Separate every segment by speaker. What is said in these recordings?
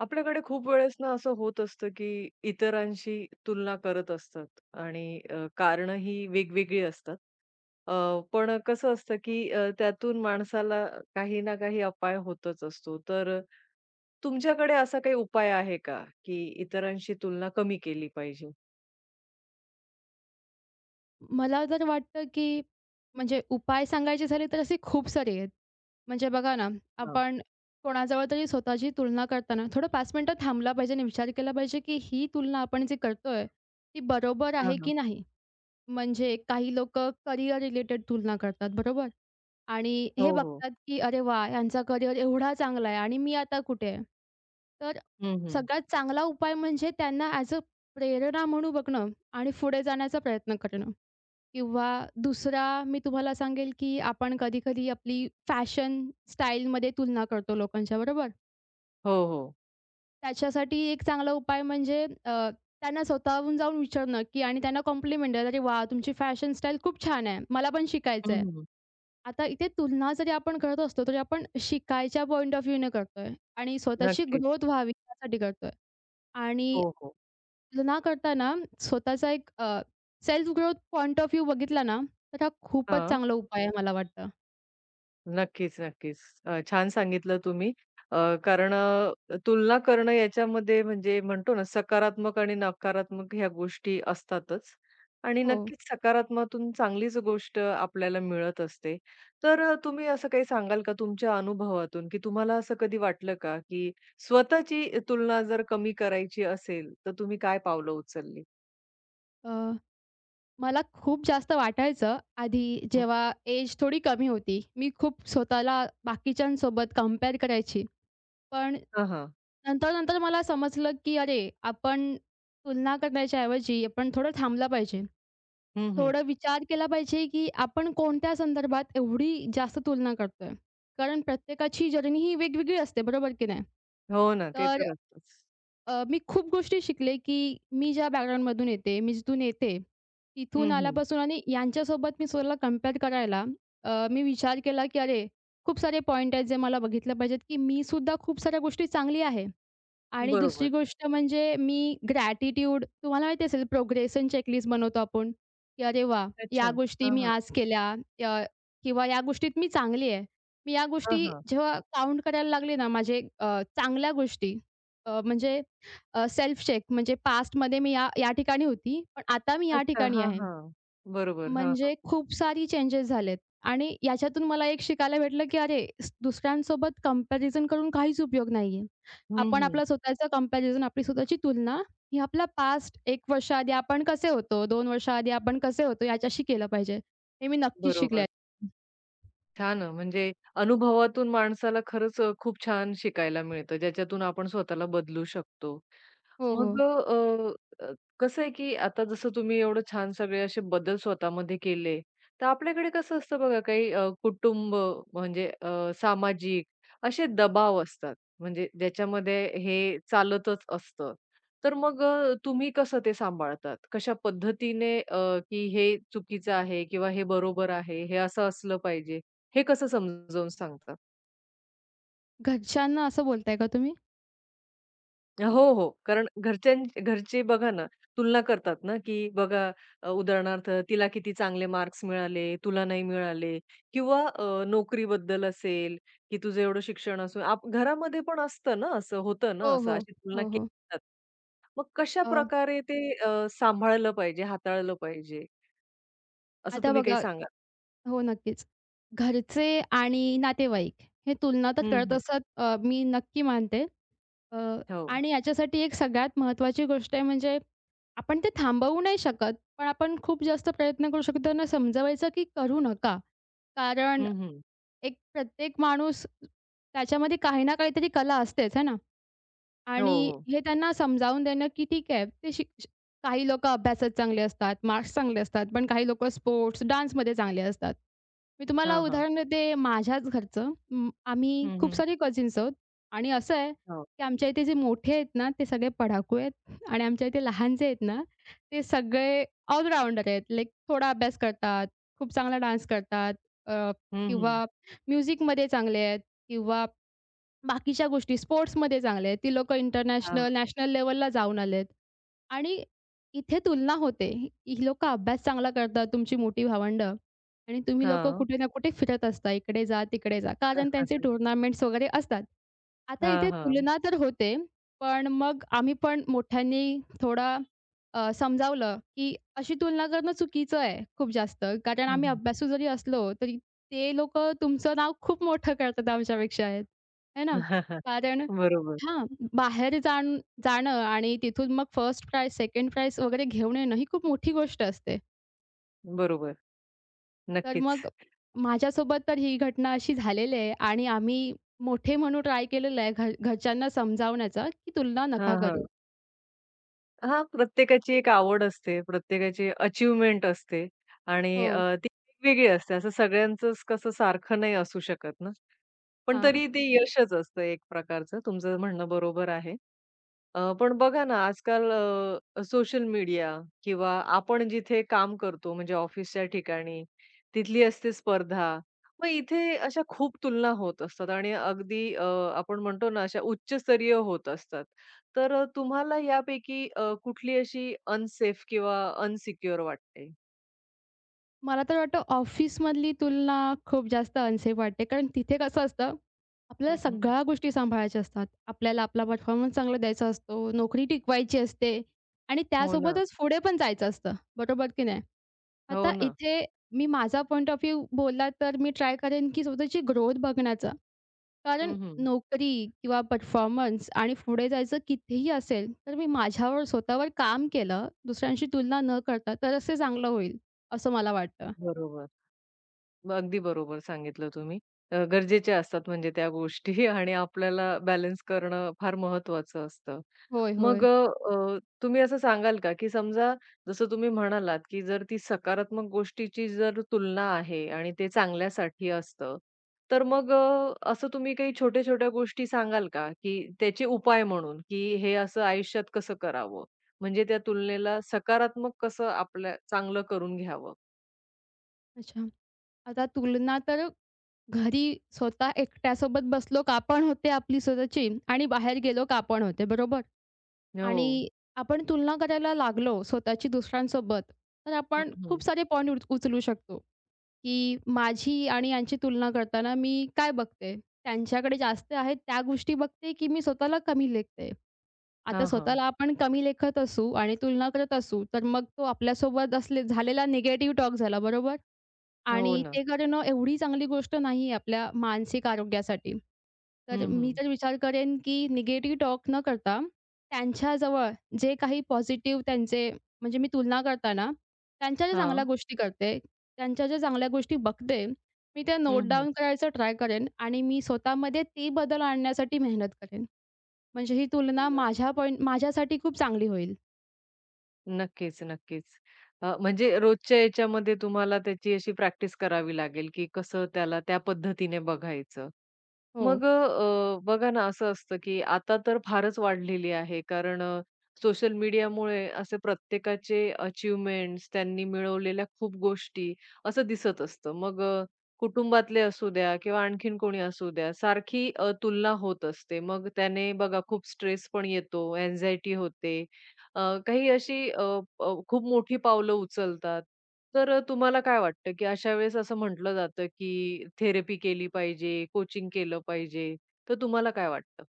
Speaker 1: आपल्याकडे खूप वेळेस ना असं होत असतं, की इतरांशी तुलना करत असतात आणि कारणं ही वेगवेगळी असतात. अ, पण कसं असतं, की त्यातून माणसाला काही ना काही अपाय होतच असतो. तर तुमच्याकडे असा काही उपाय आहे का, की इतरांशी तुलना कमी केली पाहिजे?
Speaker 2: मला तर वाटतं, की म्हणजे उपाय सांगायचे झाले तर असे खूप सारे आहेत. म्हणजे बघा ना,
Speaker 1: हां.
Speaker 2: आपण कोणाजवळ तरी स्वतःची तुलना करताना थोडं 5 मिनिटं थांबला पाहिजे आणि विचार केला पाहिजे, की ही तुलना आपण जी करतोय, ती बरोबर
Speaker 1: हां,
Speaker 2: आहे
Speaker 1: हां.
Speaker 2: की नाही? म्हणजे काही लोकं करियर रिलेटेड तुलना करतात, बरोबर? आणि
Speaker 1: हो,
Speaker 2: हे
Speaker 1: हो.
Speaker 2: बघतात, की "अरे वाह! यांचा करिअर एवढा चांगला आहे आणि मी आता कुठे आहे?" तर
Speaker 1: हं, हं.
Speaker 2: सगळ्यात चांगला उपाय म्हणजे त्यांना ॲज अ प्रेरणा म्हणून बघणं आणि पुढे जाण्याचा प्रयत्न करणं. किंवा दुसरा मी तुम्हाला सांगेल, की आपण कधी-कधी आपली फॅशन स्टाईलमध्ये तुलना करतो लोकांच्या, बरोबर?
Speaker 1: हो, हो.
Speaker 2: त्याच्यासाठी एक चांगला उपाय म्हणजे त्यांना स्वतःहून जाऊन विचारणं, की आणि त्यांना कॉम्प्लिमेंट द्यायला, "अरे वा, तुमची फॅशन स्टाईल खूप छान आहे. मला पण
Speaker 1: हं,
Speaker 2: शिकायचं आहे."
Speaker 1: हं.
Speaker 2: आता इथे तुलना जरी आपण करत असलो, तरी आपण शिकायच्या पॉइंट ऑफ व्ह्यूने करतोय आणि स्वतःची
Speaker 1: नक्कीच.
Speaker 2: ग्रोथ व्हावी यासाठी करतोय आणि
Speaker 1: हो, हो.
Speaker 2: तुलना करताना स्वतःचा एक self growth point of view बघितला ना, तर हा खूपच
Speaker 1: हां.
Speaker 2: चांगला उपाय आहे मला वाटतं.
Speaker 1: नक्कीच, नक्कीच. छान सांगितलं तुम्ही. अ, कारण तुलना करणं याच्यामध्ये म्हणजे म्हणतो ना, सकारात्मक आणि नकारात्मक ह्या गोष्टी असतातच आणि
Speaker 2: हो.
Speaker 1: नक्कीच सकारात्मकातून चांगलीच गोष्ट आपल्याला मिळत असते. तर तुम्ही असं काही सांगाल का तुमच्या अनुभवातून, की तुम्हाला असं कधी वाटलं का, की स्वतःची तुलना जर कमी करायची असेल, तर तुम्ही काय पावलं उचलली?
Speaker 2: अ, मला खूप जास्त वाटायचं आधी
Speaker 1: हं.
Speaker 2: जेव्हा एज थोडी कमी होती. मी खूप स्वतःला बाकीच्यांसोबत कंपेअर करायची. पण
Speaker 1: हां, हां.
Speaker 2: नंतर-नंतर मला समजलं, की अरे, आपण तुलना करण्याच्या ऐवजी आपण थोडं थांबलं पाहिजे.
Speaker 1: हं, हं.
Speaker 2: थोडं विचार केला पाहिजे, की आपण कोणत्या संदर्भात एवढी जास्त तुलना करतोय. कारण प्रत्येकाची जर्नी ही वेगवेगळी असते, बरोबर की नाही?
Speaker 1: हो ना, ते
Speaker 2: तर
Speaker 1: तर असतंच.
Speaker 2: मी खूप गोष्टी शिकले, की मी ज्या बॅकग्राऊंडमधून येते, मी जिथून येते, तिथून
Speaker 1: हं, हं.
Speaker 2: आल्यापासून आणि यांच्यासोबत मी स्वतःला कंपेअर करायला मी विचार केला, की अरे, खूप सारे पॉइंट आहेत जे मला बघितले पाहिजेत, की मी सुद्धा खूप साऱ्या गोष्टी चांगली आहे. आणि दुसरी
Speaker 1: बरोबर.
Speaker 2: गोष्ट म्हणजे मी ग्रॅटिट्यूड तुम्हाला माहिती असेल प्रोग्रेशन चेकलिस्ट बनवतो आपण, की अरे वाह!
Speaker 1: अच्छा.
Speaker 2: या गोष्टी
Speaker 1: हां,
Speaker 2: मी
Speaker 1: हां.
Speaker 2: आज केल्या अ, किंवा या गोष्टीत मी चांगली आहे. मी या
Speaker 1: हां,
Speaker 2: गोष्टी
Speaker 1: हां.
Speaker 2: जेव्हा काउंट करायला लागले ना माझे चांगल्या गोष्टी म्हणजे सेल्फ चेक म्हणजे पास्टमध्ये मी या या ठिकाणी होती, पण आता मी या
Speaker 1: अच्छा.
Speaker 2: ठिकाणी
Speaker 1: हां,
Speaker 2: आहे.
Speaker 1: हां. बरोबर. हां, हां.
Speaker 2: म्हणजे खूप सारी चेंजेस झालेत आणि याच्यातून मला एक शिकायला भेटलं, की अरे, दुसऱ्यांसोबत कंपॅरिझन करून काहीच उपयोग नाहीये.
Speaker 1: हं,
Speaker 2: आपण
Speaker 1: हं.
Speaker 2: आपलं स्वतःचं कंपॅरिझन, आपली स्वतःची तुलना ही आपला पास्ट 1 वर्षाआधी आपण कसे होतो, 2 वर्षाआधी आपण कसे होतो याच्याशी केलं पाहिजे. हे मी नक्कीच शिकले.
Speaker 1: बरोबर. छान म्हणजे अनुभवातून माणसाला खरंच खूप छान शिकायला मिळतं, ज्याच्यातून आपण स्वतःला बदलू शकतो.
Speaker 2: हो, हो.
Speaker 1: मग अ, अ, कसं आहे, की आता जसं तुम्ही एवढं छान सगळे असे बदल स्वतःमध्ये केले, तर आपल्याकडे कसं असतं बघा काही कुटुंब म्हणजे सामाजिक असे दबाव असतात. म्हणजे ज्याच्यामध्ये हे चालतच असतं. तर मग तुम्ही कसं ते सांभाळतात? कशा पद्धतीने की हे चुकीचं आहे किंवा हे बरोबर आहे, हे असं असलं पाहिजे, हे कसं समजावून सांगता?
Speaker 2: घरच्यांना असं बोलताय का तुम्ही?
Speaker 1: हो, हो. कारण घरचे बघा ना, तुलना करतात ना, की बघा उदाहरणार्थ तिला किती चांगले मार्क्स मिळाले, तुला नाही मिळाले किंवा नोकरीबद्दल असेल, की तुझं एवढं शिक्षण असून घरामध्ये पण असतं ना असं, होतं ना
Speaker 2: हो,
Speaker 1: असं,
Speaker 2: हो.
Speaker 1: अशी तुलना
Speaker 2: हो,
Speaker 1: केली
Speaker 2: हो.
Speaker 1: जाते. मग
Speaker 2: अ,
Speaker 1: कशाप्रकारे ते सांभाळलं पाहिजे, हाताळलं पाहिजे, असं
Speaker 2: आता
Speaker 1: तुम्ही काही
Speaker 2: बघा
Speaker 1: सांगाल?
Speaker 2: हो, नक्कीच. घरचे आणि नातेवाईक हे तुलना तर
Speaker 1: हं,
Speaker 2: करत
Speaker 1: हं.
Speaker 2: असतात मी नक्की मानते. अ,
Speaker 1: हो.
Speaker 2: आणि याच्यासाठी एक सगळ्यात महत्त्वाची गोष्ट आहे म्हणजे आपण ते थांबवू नाही शकत, पण आपण खूप जास्त प्रयत्न करू शकतो त्यांना समजावायचा, की करू नका. कारण
Speaker 1: हं, हं.
Speaker 2: एक प्रत्येक माणूस त्याच्यामध्ये काही ना काहीतरी कला असतेच, है ना?
Speaker 1: हो,
Speaker 2: आणि
Speaker 1: हो.
Speaker 2: हे त्यांना समजावून देणं की ठीक आहे ते शिक श काही लोकं अभ्यासात चांगले असतात, मार्क्स चांगले असतात, पण काही लोकं स्पोर्ट्स, डान्समध्ये चांगले असतात. मी तुम्हाला
Speaker 1: हां, हां.
Speaker 2: उदाहरण देते माझ्याच घरचं. आम्ही
Speaker 1: हं,
Speaker 2: खूप
Speaker 1: हं.
Speaker 2: सारे कझिन्स आहोत आणि असं आहे
Speaker 1: हो.
Speaker 2: की आमच्या इथे जे मोठे आहेत ना, ते सगळे पडाकू आहेत आणि आमच्या इथे लहान जे आहेत ना, ते सगळे ऑलराउंडर आहेत. लाइक थोडा अभ्यास करतात, खूप चांगला डान्स करतात अ,
Speaker 1: हं, हं.
Speaker 2: किंवा म्युझिकमध्ये चांगले आहेत किंवा बाकीच्या गोष्टी स्पोर्ट्समध्ये चांगले आहेत. ती लोकं
Speaker 1: हां.
Speaker 2: इंटरनॅशनल, नॅशनल लेव्हलला जाऊन आलेत आणि इथे तुलना होते. ही लोकं अभ्यास चांगला करतात, तुमची मोठी भावंडं आणि तुम्ही लोकं
Speaker 1: हां.
Speaker 2: कुठे ना कुठे फिरत असता. इकडे जा, तिकडे जा. कारण त्यांचे टुर्नामेंट्स वगैरे असतात. आता
Speaker 1: हां,
Speaker 2: इथे
Speaker 1: हां.
Speaker 2: तुलना तर होते, पण मग आम्ही पण मोठ्यांनी थोडा समजावलं, की अशी तुलना करणं चुकीचं आहे खूप जास्त. कारण
Speaker 1: हं,
Speaker 2: आम्ही
Speaker 1: हं.
Speaker 2: अभ्यासू जरी असलो, तरी ते लोकं तुमचं नाव खूप मोठं करतात आमच्यापेक्षा है ना. कारण
Speaker 1: बरोबर,
Speaker 2: हां, बाहेर जाण जाणं आणि तिथून मग फर्स्ट प्राइज, सेकंड प्राइज वगैरे घेऊन येणं ही खूप मोठी गोष्ट असते.
Speaker 1: बरोबर.
Speaker 2: तर
Speaker 1: नक्कीच.
Speaker 2: मग माझ्यासोबत तर ही घटना अशी झालेली आहे आणि आम्ही मोठे म्हणून ट्राय केलेलं आहे घरच्यांना समजावण्याचा, की "तुलना
Speaker 1: हां,
Speaker 2: नका
Speaker 1: हां.
Speaker 2: करू."
Speaker 1: हां, प्रत्येकाची एक आवड असते, प्रत्येकाची अचीव्हमेंट असते आणि
Speaker 2: हो.
Speaker 1: ती वेगवेगळी असते. असं सगळ्यांचंच कसं सारखं नाही असू शकत ना. पण
Speaker 2: हां.
Speaker 1: तरी ते यशच असतं एक प्रकारचं. तुमचं म्हणणं बरोबर आहे. पण बघा ना, आजकाल सोशल मीडिया किंवा आपण जिथे काम करतो म्हणजे ऑफिसच्या ठिकाणी, तिथली असते स्पर्धा. मग इथे अशा खूप तुलना होत असतात आणि अगदी आपण म्हणतो ना, अशा उच्चस्तरीय होत असतात. तर तुम्हाला यापैकी कुठली अशी अनसेफ किंवा अनसिक्युअर वाटते?
Speaker 2: मला तर वाटतं ऑफिसमधली तुलना खूप जास्त अनसेफ वाटते. कारण तिथे कसं असतं, आपल्याला
Speaker 1: हं, हं.
Speaker 2: सगळ्या गोष्टी सांभाळायच्या असतात. आपल्याला आपला परफॉर्मन्स चांगला द्यायचा असतो, नोकरी टिकवायची असते आणि
Speaker 1: हो ना.
Speaker 2: त्यासोबतच पुढे पण जायचं असतं. बरोबर की नाही?
Speaker 1: हो
Speaker 2: आता
Speaker 1: ना.
Speaker 2: इथे मी माझा पॉइंट ऑफ व्ह्यू बोलला तर मी ट्राय करेन की स्वतःची ग्रोथ बघण्याचा. कारण
Speaker 1: हं, हं.
Speaker 2: नोकरी किंवा परफॉर्मन्स आणि पुढे जायचं कितीही असेल, तर मी माझ्यावर स्वतःवर काम केलं, दुसऱ्यांशी तुलना न करता, तर असे चांगलं होईल, असं मला वाटतं.
Speaker 1: बरोबर. अगदी बरोबर सांगितलं तुम्ही. गरजेच्या असतात म्हणजे त्या गोष्टी आणि आपल्याला बॅलन्स करणं फार महत्त्वाचं असतं.
Speaker 2: होय,
Speaker 1: मग
Speaker 2: होय.
Speaker 1: तुम्ही असं सांगाल का, की समजा जसं तुम्ही म्हणालात, की जर ती सकारात्मक गोष्टीची जर तुलना आहे आणि ते चांगल्यासाठी असतं, तर मग असं तुम्ही काही छोट्या-छोट्या गोष्टी सांगाल का, की त्याचे उपाय म्हणून, की हे असं आयुष्यात कसं करावं? म्हणजे त्या तुलनेला सकारात्मक कसं आपल्या चांगलं करून घ्यावं?
Speaker 2: अच्छा. आता तुलना तर घरी स्वतः एकट्यासोबत बसलो का पण होते आपली स्वतःची आणि बाहेर गेलो का पण होते, बरोबर?
Speaker 1: हो.
Speaker 2: आणि आपण तुलना करायला लागलो स्वतःची दुसऱ्यांसोबत, तर
Speaker 1: हं,
Speaker 2: आपण खूप
Speaker 1: हं.
Speaker 2: सारे पॉइंट उचलू शकतो, की माझी आणि यांची तुलना करताना मी काय बघते? त्यांच्याकडे जास्त आहेत त्या गोष्टी बघते, की मी स्वतःला कमी लेखते? आता
Speaker 1: हां,
Speaker 2: स्वतःला आपण कमी लेखत असू आणि तुलना करत असू, तर मग तो आपल्यासोबत असले झालेला निगेटिव्ह टॉक झाला, बरोबर?
Speaker 1: हो
Speaker 2: आणि
Speaker 1: ना.
Speaker 2: ते करणं एवढी चांगली गोष्ट नाही आहे आपल्या मानसिक आरोग्यासाठी. तर
Speaker 1: हं,
Speaker 2: मी
Speaker 1: हं.
Speaker 2: तर विचार करेन, की निगेटिव्ह टॉक न करता त्यांच्याजवळ जे काही पॉझिटिव्ह त्यांचे म्हणजे मी तुलना करताना त्यांच्या ज्या चांगल्या
Speaker 1: हां.
Speaker 2: गोष्टी करते, त्यांच्या ज्या चांगल्या गोष्टी बघते, मी त्या
Speaker 1: हं,
Speaker 2: नोट
Speaker 1: हं.
Speaker 2: डाउन करायचं ट्राय करेन आणि मी स्वतःमध्ये ते बदल आणण्यासाठी मेहनत करेन. म्हणजे ही तुलना
Speaker 1: न
Speaker 2: माझ्या पॉइंट माझ्यासाठी खूप चांगली होईल.
Speaker 1: नक्कीच, नक्कीच. म्हणजे रोजच्या याच्यामध्ये तुम्हाला त्याची अशी प्रॅक्टिस करावी लागेल, की कसं त्याला त्या पद्धतीने बघायचं.
Speaker 2: हो.
Speaker 1: मग बघा ना, असं असतं, की आता तर फारच वाढलेली आहे. कारण सोशल मीडियामुळे असे प्रत्येकाचे अचीवमेंट्स त्यांनी मिळवलेल्या खूप गोष्टी असं दिसत असतं. मग कुटुंबातले असू द्या किंवा आणखीन कोणी असू द्या, सारखी तुलना होत असते. मग त्याने बघा खूप स्ट्रेस पण येतो, अँक्झायटी होते. अ, काही अशी अ, अ, खूप मोठी पावलं उचलतात. तर तुम्हाला काय वाटतं, की अशा वेळेस असं म्हटलं जातं, की थेरपी केली पाहिजे, कोचिंग केलं पाहिजे. तर तुम्हाला काय वाटतं?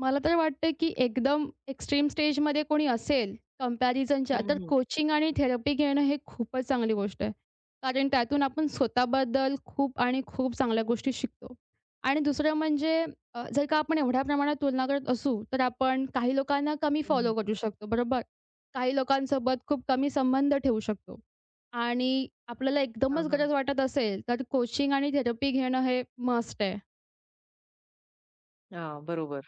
Speaker 2: मला तर वाटतं, की एकदम एक्स्ट्रीम स्टेजमध्ये कोणी असेल
Speaker 1: हं,
Speaker 2: कंपॅरिझनच्या, तर
Speaker 1: हं.
Speaker 2: कोचिंग आणि थेरपी घेणं हे खूपच चांगली गोष्ट आहे. कारण त्यातून आपण स्वतःबद्दल खूप आणि खूप चांगल्या गोष्टी शिकतो. आणि दुसरं म्हणजे जर का आपण एवढ्या प्रमाणात तुलना करत असू, तर आपण काही लोकांना कमी
Speaker 1: हं,
Speaker 2: फॉलो
Speaker 1: हं.
Speaker 2: करू शकतो, बरोबर? काही लोकांसोबत खूप कमी संबंध ठेवू शकतो. आणि आपल्याला
Speaker 1: हां,
Speaker 2: एकदमच
Speaker 1: हां.
Speaker 2: गरज वाटत असेल, तर कोचिंग आणि थेरपी घेणं हे मस्ट आहे.
Speaker 1: हां, बरोबर.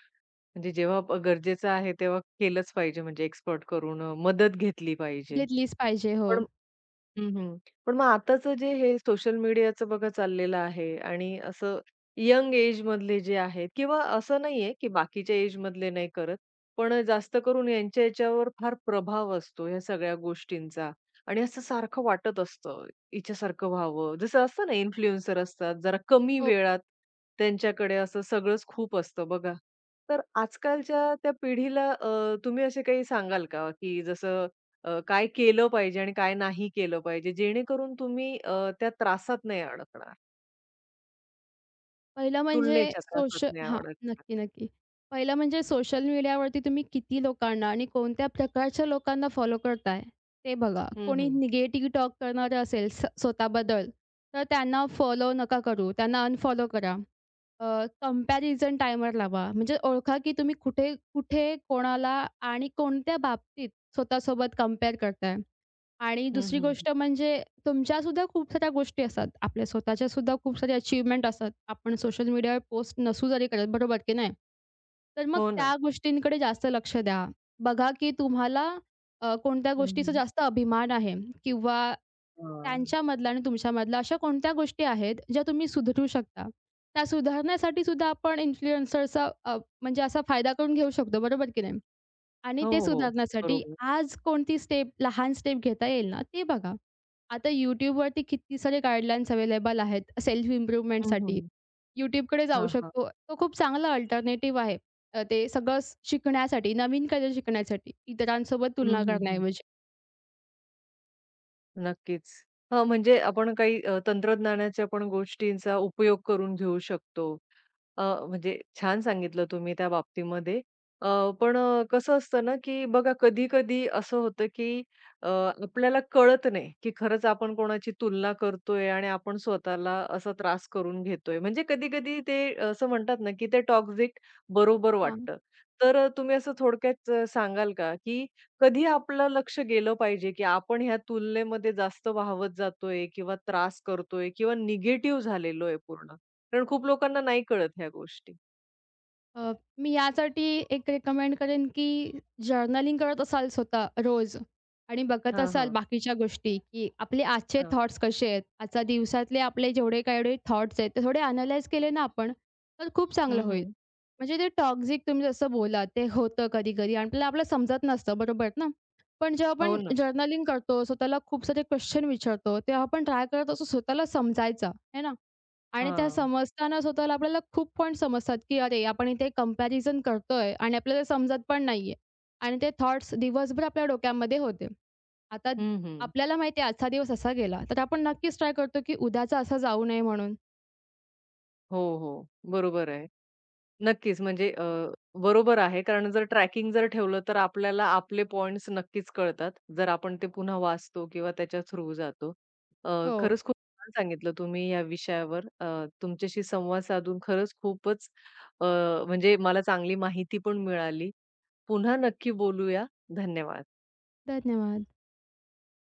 Speaker 1: म्हणजे जेव्हा गरजेचं आहे, तेव्हा केलंच पाहिजे म्हणजे एक्सपर्ट कडून मदत घेतली पाहिजे.
Speaker 2: घेतलीच पाहिजे. हो.
Speaker 1: पण हं, हं. पण मग आताचं जे हे सोशल मीडियाचं बघा चाललेलं आहे आणि असं यंग एजमधले जे आहेत किंवा असं नाहीये, की बाकीच्या एजमधले नाही करत. पण जास्त करून याच्यावर फार प्रभाव असतो ह्या सगळ्या गोष्टींचा आणि असं सारखं वाटत असतं, हिच्यासारखं व्हावं. जसं असतं ना इन्फ्लुएन्सर असतात, जरा कमी
Speaker 2: हो.
Speaker 1: वेळात त्यांच्याकडे असं सगळंच खूप असतं बघा. तर आजकालच्या त्या पिढीला तुम्ही असे काही सांगाल का, की जसं काय केलं पाहिजे आणि काय नाही केलं पाहिजे, जेणेकरून तुम्ही त्या त्रासात नाही अडकणार,
Speaker 2: पहिलं म्हणजे
Speaker 1: तुलनेच्या त्रासात नाही
Speaker 2: हां,
Speaker 1: अडकणार.
Speaker 2: नक्की, नक्की. पहिलं म्हणजे सोशल मीडियावरती तुम्ही किती लोकांना आणि कोणत्या प्रकारच्या लोकांना फॉलो करताय ते बघा.
Speaker 1: हं,
Speaker 2: कोणी
Speaker 1: हं.
Speaker 2: निगेटिव्ह टॉक करणारं असेल स्वतःबद्दल, तर त्यांना फॉलो नका करू. त्यांना अनफॉलो करा. कंपॅरिझन टायमर लावा. म्हणजे ओळखा, की तुम्ही कुठे, कुठे, कोणाला आणि कोणत्या बाबतीत स्वतःसोबत कंपेअर करताय. आणि
Speaker 1: हं,
Speaker 2: दुसरी
Speaker 1: हं, हं.
Speaker 2: गोष्ट म्हणजे तुमच्यासुद्धा खूप साऱ्या गोष्टी असतात. आपल्या स्वतःच्यासुद्धा खूप सारे अचीव्हमेंट असतात. आपण सोशल मीडियावर पोस्ट नसू जरी करत, बरोबर की नाही? तर मग
Speaker 1: हो ना.
Speaker 2: त्या गोष्टींकडे जास्त लक्ष द्या. बघा, की तुम्हाला कोणत्या
Speaker 1: हं,
Speaker 2: गोष्टीचा
Speaker 1: हं.
Speaker 2: जास्त अभिमान आहे किंवा
Speaker 1: हां.
Speaker 2: त्यांच्यामधला आणि तुमच्यामधला अशा कोणत्या गोष्टी आहेत, ज्या तुम्ही सुधरू शकता. त्या सुधारण्यासाठी सुद्धा आपण इन्फ्लुएन्सरचा म्हणजे असा फायदा करून घेऊ शकतो, बरोबर की नाही? आणि ते
Speaker 1: हो, हो.
Speaker 2: सुधारण्यासाठी
Speaker 1: बरोबर.
Speaker 2: आज कोणती स्टेप, लहान स्टेप घेता येईल ना, ते बघा. आता YouTubeवरती किती सारे गाईडलाईन्स अवेलेबल आहेत सेल्फ
Speaker 1: हं,
Speaker 2: इम्प्रूव्हमेंटसाठी.
Speaker 1: हं.
Speaker 2: YouTubeकडे जाऊ
Speaker 1: हां, हां.
Speaker 2: शकतो. तो खूप चांगला अल्टरनेटिव्ह आहे. ते सगळं शिकण्यासाठी, नवीन काहीतरी शिकण्यासाठी, इतरांसोबत
Speaker 1: हं,
Speaker 2: तुलना
Speaker 1: हं, हं.
Speaker 2: करण्याऐवजी.
Speaker 1: नक्कीच. हां, म्हणजे आपण काही तंत्रज्ञानाच्या पण गोष्टींचा उपयोग करून घेऊ शकतो. अ, म्हणजे छान सांगितलं तुम्ही त्या बाबतीमध्ये. अ, पण कसं असतं ना, की बघा कधी-कधी असं होतं, की अ, आपल्याला कळत नाही, की खरंच आपण कोणाची तुलना करतोय आणि आपण स्वतःला असा त्रास करून घेतोय. म्हणजे कधी-कधी ते असं म्हणतात ना, की ते टॉक्सिक बरोबर
Speaker 2: हां.
Speaker 1: वाटतं. तर तुम्ही असं थोडक्यात सांगाल का, की कधी आपलं लक्ष गेलं पाहिजे, की आपण ह्या तुलनेमध्ये जास्त वाहवत जातोय किंवा त्रास करतोय किंवा निगेटिव्ह झालेलो आहे पूर्ण. कारण खूप लोकांना नाही कळत ह्या गोष्टी.
Speaker 2: अ, मी यासाठी एक रेकमेंड करेन, की जर्नलिंग करत असाल स्वतः रोज आणि बघत
Speaker 1: हां,
Speaker 2: असाल
Speaker 1: हां.
Speaker 2: बाकीच्या गोष्टी, की आपले आजचे
Speaker 1: हां.
Speaker 2: थॉट्स कसे आहेत, आजच्या दिवसातले आपले जेवढे काही थॉट्स आहेत, ते थोडे अनलाईज केले ना आपण, तर खूप चांगलं
Speaker 1: हं,
Speaker 2: होईल.
Speaker 1: हं.
Speaker 2: म्हणजे ते टॉक्सिक तुम्ही जसं बोलात, ते होतं कधी-कधी आपल्याला आपलं समजत नसतं, बरोबर ना? पण जेव्हा
Speaker 1: हो
Speaker 2: आपण
Speaker 1: ना.
Speaker 2: जर्नलिंग करतो, स्वतःला खूप सारे क्वेश्चन विचारतो, तेव्हा आपण ट्राय करत असतो स्वतःला समजायचा, आहे ना? आणि त्या
Speaker 1: हां.
Speaker 2: समजताना स्वतःला आपल्याला खूप पॉइंट समजतात, की अरे, आपण इथे कंपॅरिझन करतोय आणि आपल्याला समजत पण नाहीये. आणि ते थॉट्स दिवसभर आपल्या डोक्यामध्ये होते. आता
Speaker 1: हं, हं.
Speaker 2: आपल्याला माहिती आहे आजचा दिवस असा गेला, तर आपण नक्कीच ट्राय करतो, की उद्याचा असा जाऊ नये म्हणून.
Speaker 1: हो, हो. बरोबर आहे. नक्कीच. म्हणजे बरोबर आहे. कारण जर ट्रॅकिंग जर ठेवलं, तर आपल्याला आपले पॉइंट्स नक्कीच कळतात. जर आपण ते पुन्हा वाचतो किंवा त्याच्या थ्रू जातो. अ,
Speaker 2: हो,
Speaker 1: खरंच खूप छान सांगितलं तुम्ही या विषयावर. तुमच्याशी संवाद साधून खरंच खूपच अ, म्हणजे मला चांगली माहिती पण मिळाली. पुन्हा नक्की बोलूया. धन्यवाद.
Speaker 2: धन्यवाद.